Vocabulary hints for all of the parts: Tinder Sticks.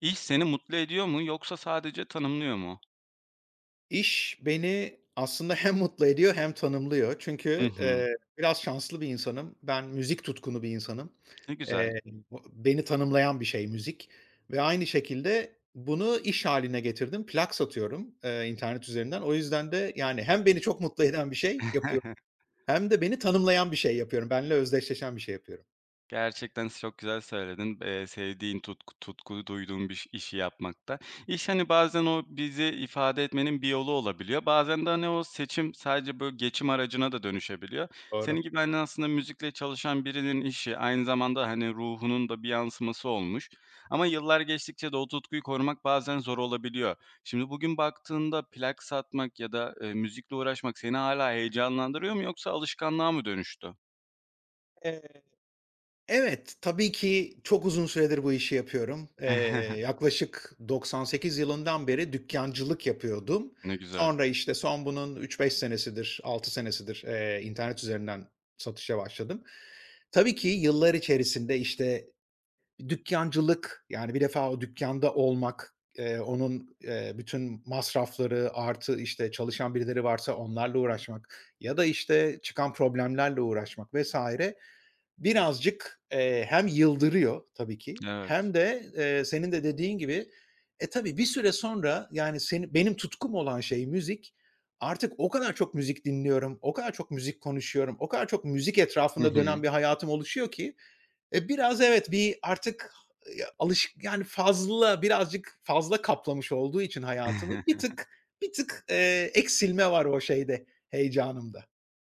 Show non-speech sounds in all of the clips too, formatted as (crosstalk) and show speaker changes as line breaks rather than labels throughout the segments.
İş seni mutlu ediyor mu yoksa sadece tanımlıyor mu?
İş beni aslında hem mutlu ediyor hem tanımlıyor.
Hı
Çünkü,
hı.
biraz şanslı bir insanım. Ben müzik tutkunu bir insanım.
Ne güzel.
Eee, bu beni tanımlayan bir şey müzik ve aynı şekilde bunu iş hâline getirdim. Plak satıyorum, internet üzerinden. O yüzden de, yani, hem beni çok mutlu eden bir şey yapıyorum
(laughs)
hem de beni tanımlayan bir şey yapıyorum. Benimle özdeşleşen bir şey yapıyorum.
Gerçekten çok güzel söyledin. Sevdiğin, tutku duyduğun bir işi yapmakta. İş, hani, bazen o bizi ifade etmenin bir yolu olabiliyor. Bazen de, hani, o seçim sadece, böyle, geçim aracına da dönüşebiliyor.
Doğru.
Senin gibi, hani, aslında müzikle çalışan birinin işi aynı zamanda, hani, ruhunun da bir yansıması olmuş ama yıllar geçtikçe de o tutkuyu korumak bazen zor olabiliyor. Şimdi bugün baktığında plak satmak ya da, müzikle uğraşmak seni hala heyecanlandırıyor mu yoksa alışkanlığa mı dönüştü?
Evet, tabii ki çok uzun süredir bu işi yapıyorum.
(laughs)
Yaklaşık 98 yılından beri dükkâncılık yapıyordum.
Ne güzel.
Sonra, işte, son bunun 3-5 senesidir, 6 senesidir, internet üzerinden satışa başladım. Tabii ki yıllar içerisinde, işte, dükkâncılık, yani, bir defa o dükkanda olmak, onun, bütün masrafları artı, işte, çalışan birileri varsa onlarla uğraşmak ya da, işte, çıkan problemlerle uğraşmak vesaire. Birazcık, hem yıldırıyor tabii ki
Evet.
hem de, senin de dediğin gibi, tabii bir süre sonra, yani, seni benim tutkum olan şey müzik. Artık o kadar çok müzik dinliyorum, o kadar çok müzik konuşuyorum, o kadar çok müzik
Hı
etrafında
hı.
dönen bir hayatım oluşuyor ki, biraz evet, bir artık ya alışık yani, fazla, birazcık fazla kaplamış olduğu için hayatımı bir
(laughs)
tık bir tık, eksilme var o şeyde, heyecanımda.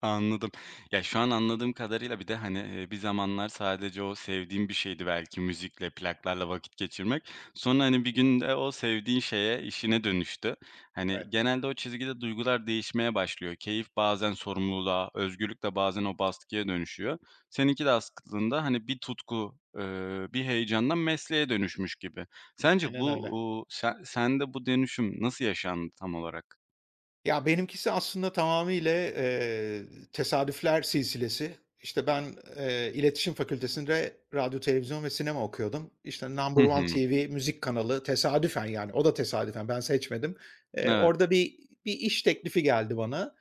Anladım. Ya, şu an anladığım kadarıyla bir de, hani, bir zamanlar sadece o sevdiğin bir şeydi belki müzikle, plaklarla vakit geçirmek. Sonra, hani, bir günde o sevdiğin şeye, işine dönüştü. Hani,
Evet,
genelde o çizgide duygular değişmeye başlıyor. Keyif bazen sorumluluğa, özgürlük de bazen o baskıya dönüşüyor. Seninki de aslında, hani, bir tutku, bir heyecandan mesleğe dönüşmüş gibi. Sence
aynen
bu,
öyle.
sende bu dönüşüm nasıl yaşandı tam olarak?
Ya, benimkisi aslında tamamıyla, tesadüfler silsilesi. İşte, ben, İletişim Fakültesi'nde radyo, televizyon ve sinema okuyordum. İşte,
Hı
Number One
hı.
TV müzik kanalı tesadüfen, yani, o da tesadüfen, ben seçmedim.
Evet.
Orada bir iş teklifi geldi bana.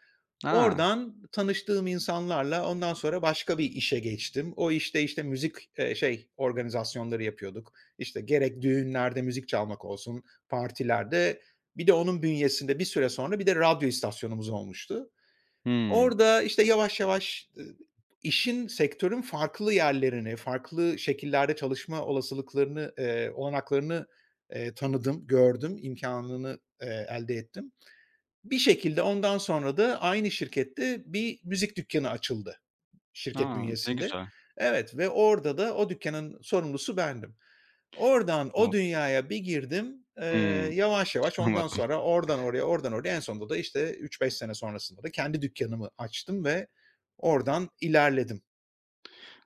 A!
Oradan tanıştığım insanlarla ondan sonra başka bir işe geçtim. O işte, işte, müzik, şey organizasyonları yapıyorduk. İşte, gerek düğünlerde müzik çalmak olsun, partilerde. Bir de onun bünyesinde bir süre sonra bir de radyo istasyonumuz olmuştu.
Hımm.
Orada, işte, yavaş yavaş, işin, sektörün farklı yerlerini, farklı şekillerde çalışma olasılıklarını, olanaklarını, tanıdım, gördüm, imkânını, elde ettim. Bir şekilde ondan sonra da aynı şirkette bir müzik dükkanı açıldı şirket
A, ne
bünyesinde.
güzel
Evet ve orada da o dükkanın sorumlusu bendim. Oradan o
bu.
dünyaya bir girdim,
Hımm,
yavaş yavaş ondan
çıkamadım.
sonra oradan oraya, oradan oraya en sonunda da, işte, üç beş sene sonrasında da kendi dükkanımı açtım ve oradan ilerledim.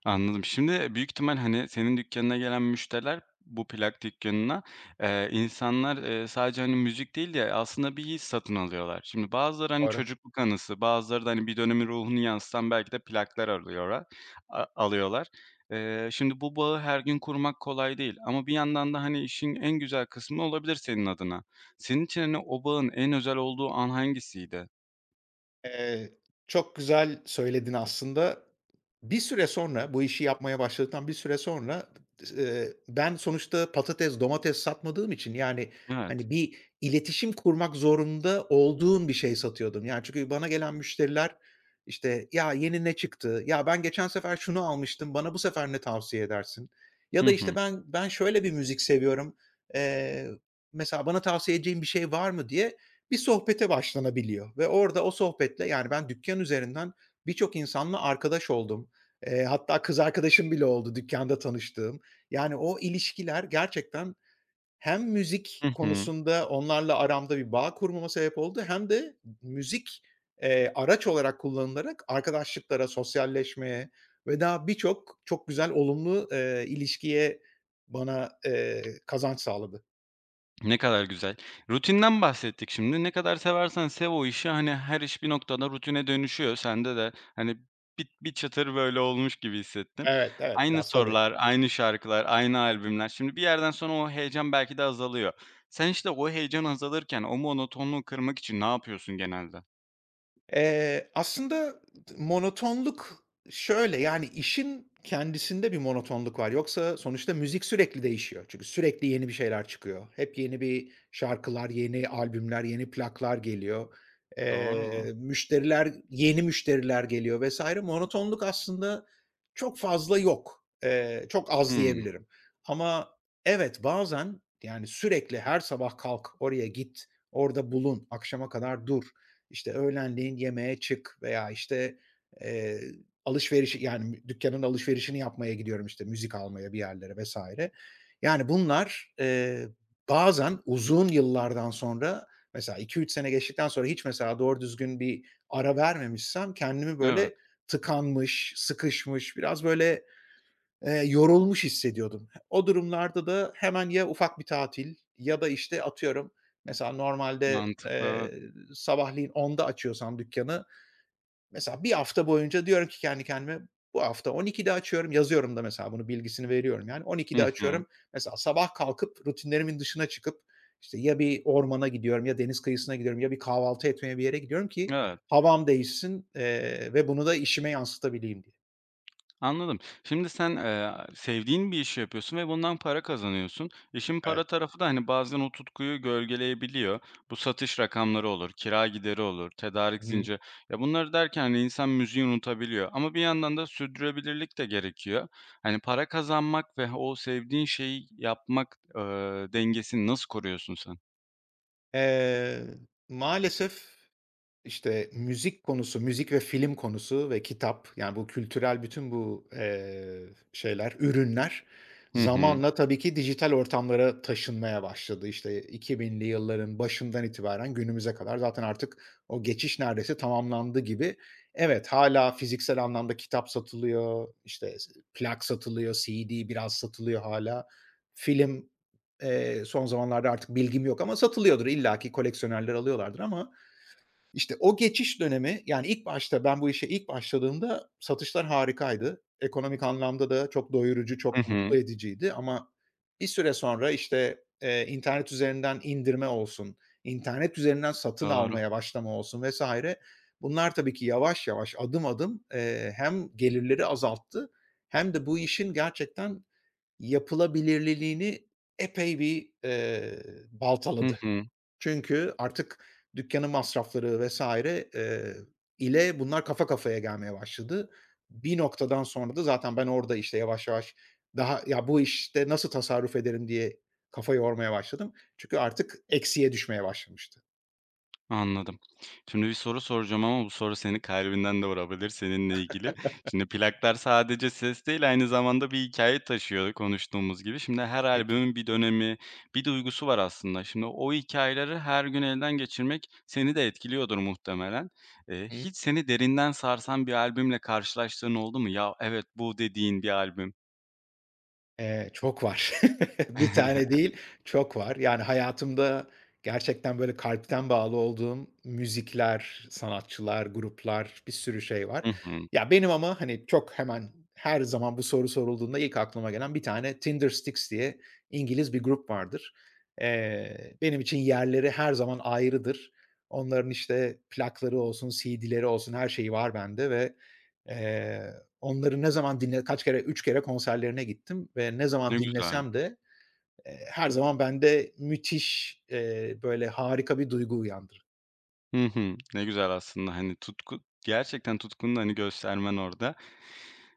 Anladım. Şimdi büyük ihtimal, hani, senin dükkânına gelen müşteriler, bu plak dükkânına, insanlar, sadece, hani, müzik değil de aslında bir his satın alıyorlar. Şimdi bazıları, hani,
Doğru.
çocukluk anısı, bazıları da, hani, bir dönemin ruhunu yansıtan belki de plaklar arıyorlar alıyorlar. Şimdi bu bağı her gün kurmak kolay değil ama bir yandan da, hani, işin en güzel kısmı olabilir senin adına. Senin için, hani, o bağın en özel olduğu an hangisiydi?
Eee, çok güzel söyledin aslında. Bir süre sonra, bu işi yapmaya başladıktan bir süre sonra, ben sonuçta patates, domates satmadığım için, yani,
Evet.
hani, bir iletişim kurmak zorunda olduğum bir şey satıyordum. Yani, çünkü bana gelen müşteriler, işte, "Ya, yeni ne çıktı? Ya, ben geçen sefer şunu almıştım, bana bu sefer ne tavsiye edersin?" Ya
Hı
da, işte,
hı.
"Ben şöyle bir müzik seviyorum, eee, mesela bana tavsiye edeceğin bir şey var mı?" diye bir sohbete başlanabiliyor ve orada o sohbetle, yani, ben dükkan üzerinden birçok insanla arkadaş oldum. Hatta kız arkadaşım bile oldu dükkânda tanıştığım. Yani, o ilişkiler gerçekten hem müzik
Hı hı.
konusunda onlarla aramda bir bağ kurmama sebep oldu hem de müzik, araç olarak kullanılarak arkadaşlıklara, sosyalleşmeye ve daha birçok çok güzel olumlu, ilişkiye bana, kazanç sağladı.
Ne kadar güzel. Rutinden bahsettik şimdi. Ne kadar seversen sev o işi, hani, her iş bir noktada rutine dönüşüyor. Sende de, hani, bir çatır böyle olmuş gibi hissettim.
Evet, evet,
Aynı
biraz tabii.
sorular, aynı şarkılar, aynı albümler. Şimdi bir yerden sonra o heyecan belki de azalıyor. Sen işte o heyecan azalırken o monotonluğu kırmak için ne yapıyorsun genelde?
Aslında monotonluk şöyle, yani, işin kendisinde bir monotonluk var. Yoksa sonuçta müzik sürekli değişiyor. Çünkü sürekli yeni bir şeyler çıkıyor. Hep yeni bir şarkılar, yeni albümler, yeni plaklar geliyor.
Doğru. mu?
Müşteriler, yeni müşteriler geliyor vesaire. Monotonluk aslında çok fazla yok. Çok
Hı
az
hı.
diyebilirim. Ama evet, bazen, yani, sürekli her sabah kalk, oraya git, orada bulun, akşama kadar dur işte öğlenleyin yemeğe çık veya işte, eee, alışveriş yani dükkanın alışverişini yapmaya gidiyorum, işte, müzik almaya bir yerlere vesaire. Yani bunlar, bazen uzun yıllardan sonra mesela iki üç sene geçtikten sonra hiç mesela doğru düzgün bir ara vermemişsem kendimi
Evet.
böyle tıkanmış, sıkışmış, biraz böyle, yorulmuş hissediyordum. O durumlarda da hemen ya ufak bir tatil ya da, işte, atıyorum, mesela normalde,
Mantıklı, evet.
sabahleyin onda açıyorsam dükkânı, mesela bir hafta boyunca diyorum ki kendi kendime, "Bu hafta 12'de açıyorum." Yazıyorum da mesela bunu, bilgisini veriyorum, yani. "12'de
Hı hı.
açıyorum." Mesela sabah kalkıp rutinlerimin dışına çıkıp, işte, ya bir ormana gidiyorum ya deniz kıyısına gidiyorum ya bir kahvaltı etmeye bir yere gidiyorum ki
Evet.
havam değişsin, ve bunu da işime yansıtabileyim diye.
Anladım. Şimdi sen, sevdiğin bir işi yapıyorsun ve bundan para kazanıyorsun. İşin
Evet.
para tarafı da, hani, bazen o tutkuyu gölgeleyebiliyor. Bu satış rakamları olur, kira gideri olur, tedarik
Hı.
zinciri. Ya, bunları derken, hani, insan müziği unutabiliyor ama bir yandan da sürdürülebilirlik de gerekiyor. Hani, para kazanmak ve o sevdiğin şeyi yapmak, dengesini nasıl koruyorsun sen?
Eee, maalesef işte, müzik konusu, müzik ve film konusu ve kitap, yani, bu kültürel bütün bu, şeyler, ürünler
Hı hı.
zamanla tabii ki dijital ortamlara taşınmaya başladı. İşte, 2000'li yılların başından itibaren günümüze kadar zaten artık o geçiş neredeyse tamamlandı gibi. Evet, hala fiziksel anlamda kitap satılıyor, işte, plak satılıyor, CD biraz satılıyor hala. Film, son zamanlarda artık bilgim yok ama satılıyordur illaki koleksiyonerler alıyorlardır ama işte o geçiş dönemi, yani, ilk başta ben bu işe ilk başladığımda satışlar harikaydı. Ekonomik anlamda da çok doyurucu,
Hı
çok
hı.
mutlu ediciydi ama bir süre sonra, işte, internet üzerinden indirme olsun, internet üzerinden satın
Doğru.
almaya başlama olsun vesaire bunlar tabii ki yavaş yavaş, adım adım, hem gelirleri azalttı hem de bu işin gerçekten yapılabilirliğini epey bir,
Hı
baltaladı.
hı.
Çünkü artık dükkanın masrafları vesaire, ile bunlar kafa kafaya gelmeye başladı. Bir noktadan sonra da zaten ben orada, işte, yavaş yavaş daha, "Ya, bu işte nasıl tasarruf ederim?" diye kafa yormaya başladım. Çünkü artık eksiye düşmeye başlamıştı.
Anladım. Şimdi bir soru soracağım ama bu soru seni kalbinden de vurabilir seninle ilgili. Şimdi plaklar sadece ses değil, aynı zamanda bir hikaye taşıyor konuştuğumuz gibi. Şimdi her
Peki.
albümün bir dönemi, bir duygusu var aslında. Şimdi o hikayeleri her gün elden geçirmek seni de etkiliyordur muhtemelen.
Hı.
Hiç seni derinden sarsan bir albümle karşılaştığın oldu mu? "Ya, evet, bu" dediğin bir albüm?
Çok var. (laughs) Bir tane
(laughs)
değil, çok var. Yani hayatımda gerçekten böyle kalpten bağlı olduğum müzikler, sanatçılar, gruplar, bir sürü şey var.
Hı hı.
Ya, benim ama, hani, çok hemen her zaman bu soru sorulduğunda ilk aklıma gelen bir tane Tinder Sticks diye İngiliz bir grup vardır. Benim için yerleri her zaman ayrıdır. Onların, işte, plakları olsun, CD'leri olsun her şeyi var bende ve, eee Onları ne zaman dinle kaç kere 3 kere konserlerine gittim ve ne
Ne
zaman
güzel.
dinlesem de, her zaman bende müthiş, böyle harika bir duygu uyandırır.
Hı hı. Ne güzel aslında, hani, tutku gerçekten tutkunu da, hani, göstermen orada.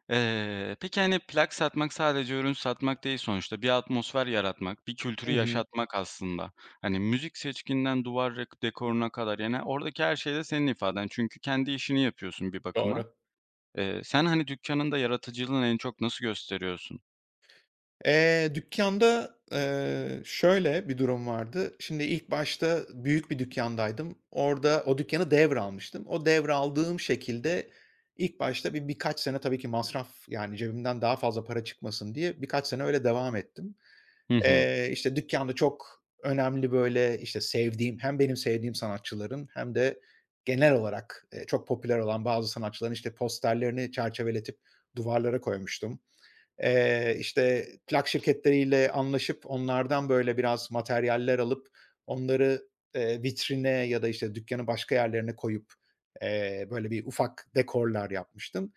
Peki, hani, plak satmak sadece ürün satmak değil sonuçta. Bir atmosfer yaratmak, bir kültürü
Hı hı.
yaşatmak aslında. Hani, müzik seçkinden duvar rek dekoruna kadar, yani, oradaki her şey de senin ifaden. Çünkü kendi işini yapıyorsun bir bakıma.
Doğru.
Sen, hani, dükkanında yaratıcılığını en çok nasıl gösteriyorsun?
Dükkânda, şöyle bir durum vardı. Şimdi ilk başta büyük bir dükkândaydım. Orada o dükkânı devralmıştım. O devraldığım şekilde ilk başta birkaç sene tabii ki masraf, yani cebimden daha fazla para çıkmasın diye birkaç sene öyle devam ettim.
Hı hı.
İşte, dükkânda çok önemli, böyle, işte, sevdiğim hem benim sevdiğim sanatçıların hem de genel olarak, çok popüler olan bazı sanatçıların, işte, posterlerini çerçeveletip duvarlara koymuştum. İşte, plak şirketleriyle anlaşıp onlardan, böyle, biraz materyaller alıp onları, vitrine ya da, işte, dükkanın başka yerlerine koyup, böyle, bir ufak dekorlar yapmıştım.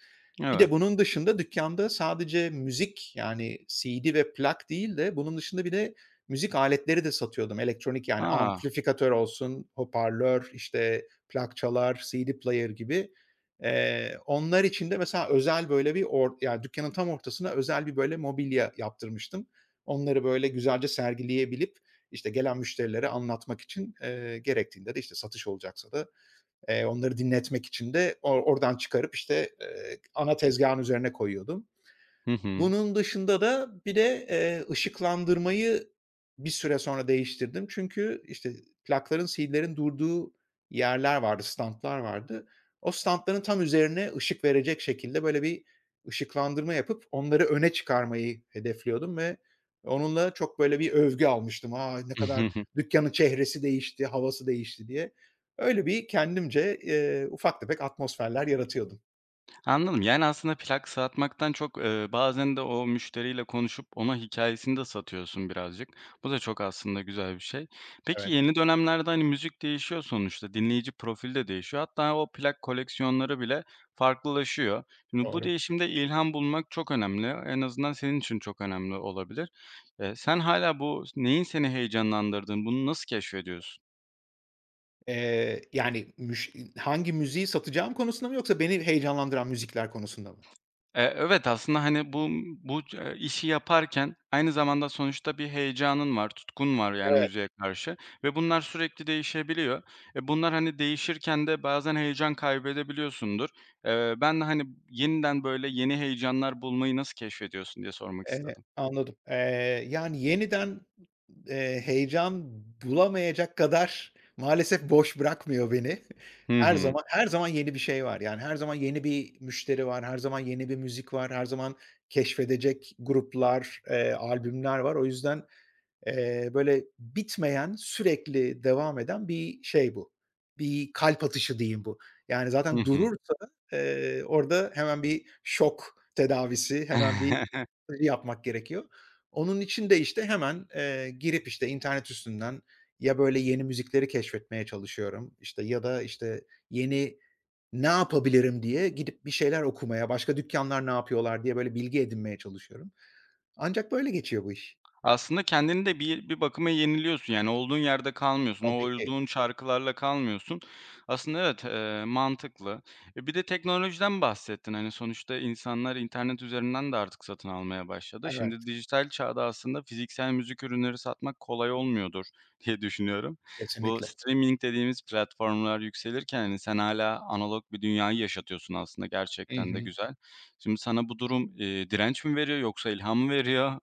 Bir
Evet.
de bunun dışında dükkânda sadece müzik, yani, CD ve plak değil de bunun dışında bir de müzik aletleri de satıyordum. Elektronik, yani,
Aa.
amplifikatör olsun, hoparlör, işte, plak çalar, CD player gibi. Onlar için de mesela özel böyle bir or yani dükkanın tam ortasına özel bir böyle mobilya yaptırmıştım. Onları böyle güzelce sergileyebilip, işte, gelen müşterilere anlatmak için, gerektiğinde de, işte, satış olacaksa da, onları dinletmek için de o oradan çıkarıp, işte, ana tezgâhın üzerine koyuyordum.
Hı hı.
Bunun dışında da bir de, ışıklandırmayı bir süre sonra değiştirdim. Çünkü, işte, plakların, CD'lerin durduğu yerler vardı, standlar vardı. O standların tam üzerine ışık verecek şekilde böyle bir ışıklandırma yapıp onları öne çıkarmayı hedefliyordum ve onunla çok böyle bir övgü almıştım. "A, ne kadar
(laughs)
dükkanın çehresi değişti, havası değişti." diye. Öyle bir kendimce, ufak tefek atmosferler yaratıyordum.
Anladım. Yani, aslında plak satmaktan çok, bazen de o müşteriyle konuşup ona hikayesini de satıyorsun birazcık. Bu da çok aslında güzel bir şey. Peki
Evet,
yeni dönemlerde, hani, müzik değişiyor sonuçta, dinleyici profili de değişiyor. Hatta o plak koleksiyonları bile farklılaşıyor. Şimdi bu
doğru.
değişimde ilham bulmak çok önemli. En azından senin için çok önemli olabilir. Sen hala bu neyin seni heyecanlandırdığını, bunu nasıl keşfediyorsun?
Yani, hangi müziği satacağım konusunda mı yoksa beni heyecanlandıran müzikler konusunda mı?
Evet, aslında, hani, bu bu c işi yaparken aynı zamanda sonuçta bir heyecanın var, tutkun var yani
Evet.
müziğe karşı ve bunlar sürekli değişebiliyor. E, bunlar, hani, değişirken de bazen heyecan kaybedebiliyorsundur. Ben de, hani, yeniden böyle yeni heyecanlar bulmayı nasıl keşfediyorsun diye sormak istedim.
Anladım. Yani, yeniden, heyecan bulamayacak kadar maalesef boş bırakmıyor beni.
Hı
Her
hı.
zaman her zaman yeni bir şey var. Yani, her zaman yeni bir müşteri var, her zaman yeni bir müzik var, her zaman keşfedecek gruplar, albümler var. O yüzden böyle bitmeyen, sürekli devam eden bir şey bu. Bir kalp atışı diyeyim bu. Yani
Hı
zaten
hı.
durursa, orada hemen bir şok tedavisi, hemen bir
(laughs)
(unintelligible) yapmak gerekiyor. Onun için de, işte, hemen, girip, işte, internet üstünden ya böyle yeni müzikleri keşfetmeye çalışıyorum, işte, ya da, işte, yeni ne yapabilirim diye gidip bir şeyler okumaya, başka dükkânlar ne yapıyorlar diye böyle bilgi edinmeye çalışıyorum. Ancak böyle geçiyor bu iş.
Aslında kendini de bir bakıma yeniliyorsun. Yani olduğun yerde kalmıyorsun. O
Tabii ki.
olduğun şarkılarla kalmıyorsun. Aslında evet, mantıklı. E, bir de teknolojiden bahsettin. Hani, sonuçta insanlar internet üzerinden de artık satın almaya başladı. Şimdi
Evet.
dijital çağda aslında fiziksel müzik ürünleri satmak kolay olmuyordur (laughs) diye düşünüyorum. Bu
Kesinlikle.
streaming dediğimiz platformlar yükselirken, hani, sen hala analog bir dünyayı yaşatıyorsun aslında
Hı
gerçekten de
hı.
güzel. Şimdi sana bu durum, direnç mi veriyor yoksa ilham mı veriyor?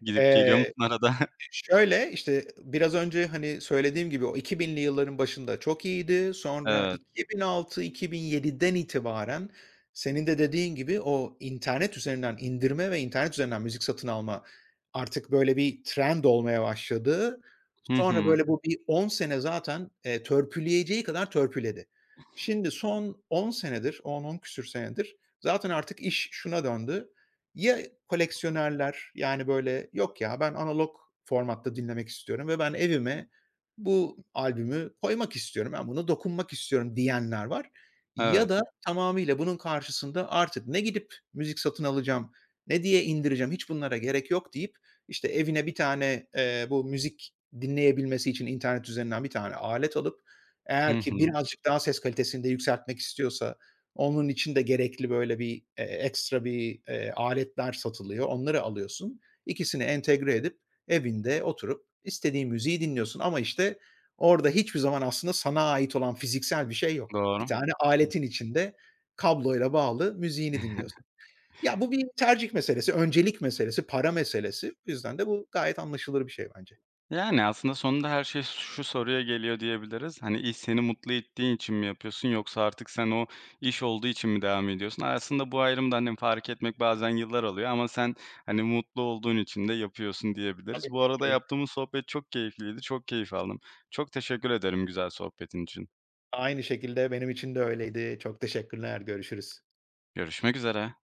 Gidip geliyor
Eee,
musun arada? (laughs)
şöyle, işte, biraz önce, hani, söylediğim gibi o 2000'li yılların başında çok iyiydi. Sonra
Evet.
2006-2007'den itibaren senin de dediğin gibi o internet üzerinden indirme ve internet üzerinden müzik satın alma artık böyle bir trend olmaya başladı.
Hı
Sonra
hı.
böyle bu bir 10 sene zaten, törpüleyeceği kadar törpüledi. Şimdi son 10 senedir, on küsur senedir zaten artık iş şuna döndü. Ya koleksiyonerler, yani, böyle, "Yok ya, ben analog formatta dinlemek istiyorum ve ben evime bu albümü koymak istiyorum, ben buna dokunmak istiyorum." diyenler var. Ya
Evet.
da tamamıyla bunun karşısında artık ne gidip müzik satın alacağım, ne diye indireceğim, hiç bunlara gerek yok deyip, işte, evine bir tane, bu müzik dinleyebilmesi için internet üzerinden bir tane alet alıp
Hı
eğer
hı.
ki birazcık daha ses kalitesini de yükseltmek istiyorsa onun için de gerekli böyle bir, ekstra bir, aletler satılıyor. Onları alıyorsun. İkisini entegre edip evinde oturup istediğin müziği dinliyorsun ama, işte, orada hiçbir zaman aslında sana ait olan fiziksel bir şey yok. Bir
Doğru.
tane aletin içinde kabloyla bağlı müziğini dinliyorsun. Ya, bu bir tercih meselesi, öncelik meselesi, para meselesi. O yüzden de bu gayet anlaşılır bir şey bence.
Yani, aslında sonunda her şey şu soruya geliyor diyebiliriz. Hani, iş seni mutlu ettiği için mi yapıyorsun yoksa artık sen o iş olduğu için mi devam ediyorsun? Aslında bu ayrımda, hani, fark etmek bazen yıllar alıyor ama sen, hani, mutlu olduğun için de yapıyorsun diyebiliriz.
Tabii
Bu
ki,
arada
tabii ki.
yaptığımız sohbet çok keyifliydi. Çok keyif aldım. Çok teşekkür ederim güzel sohbetin için.
Aynı şekilde benim için de öyleydi. Çok teşekkürler. Görüşürüz.
Görüşmek üzere.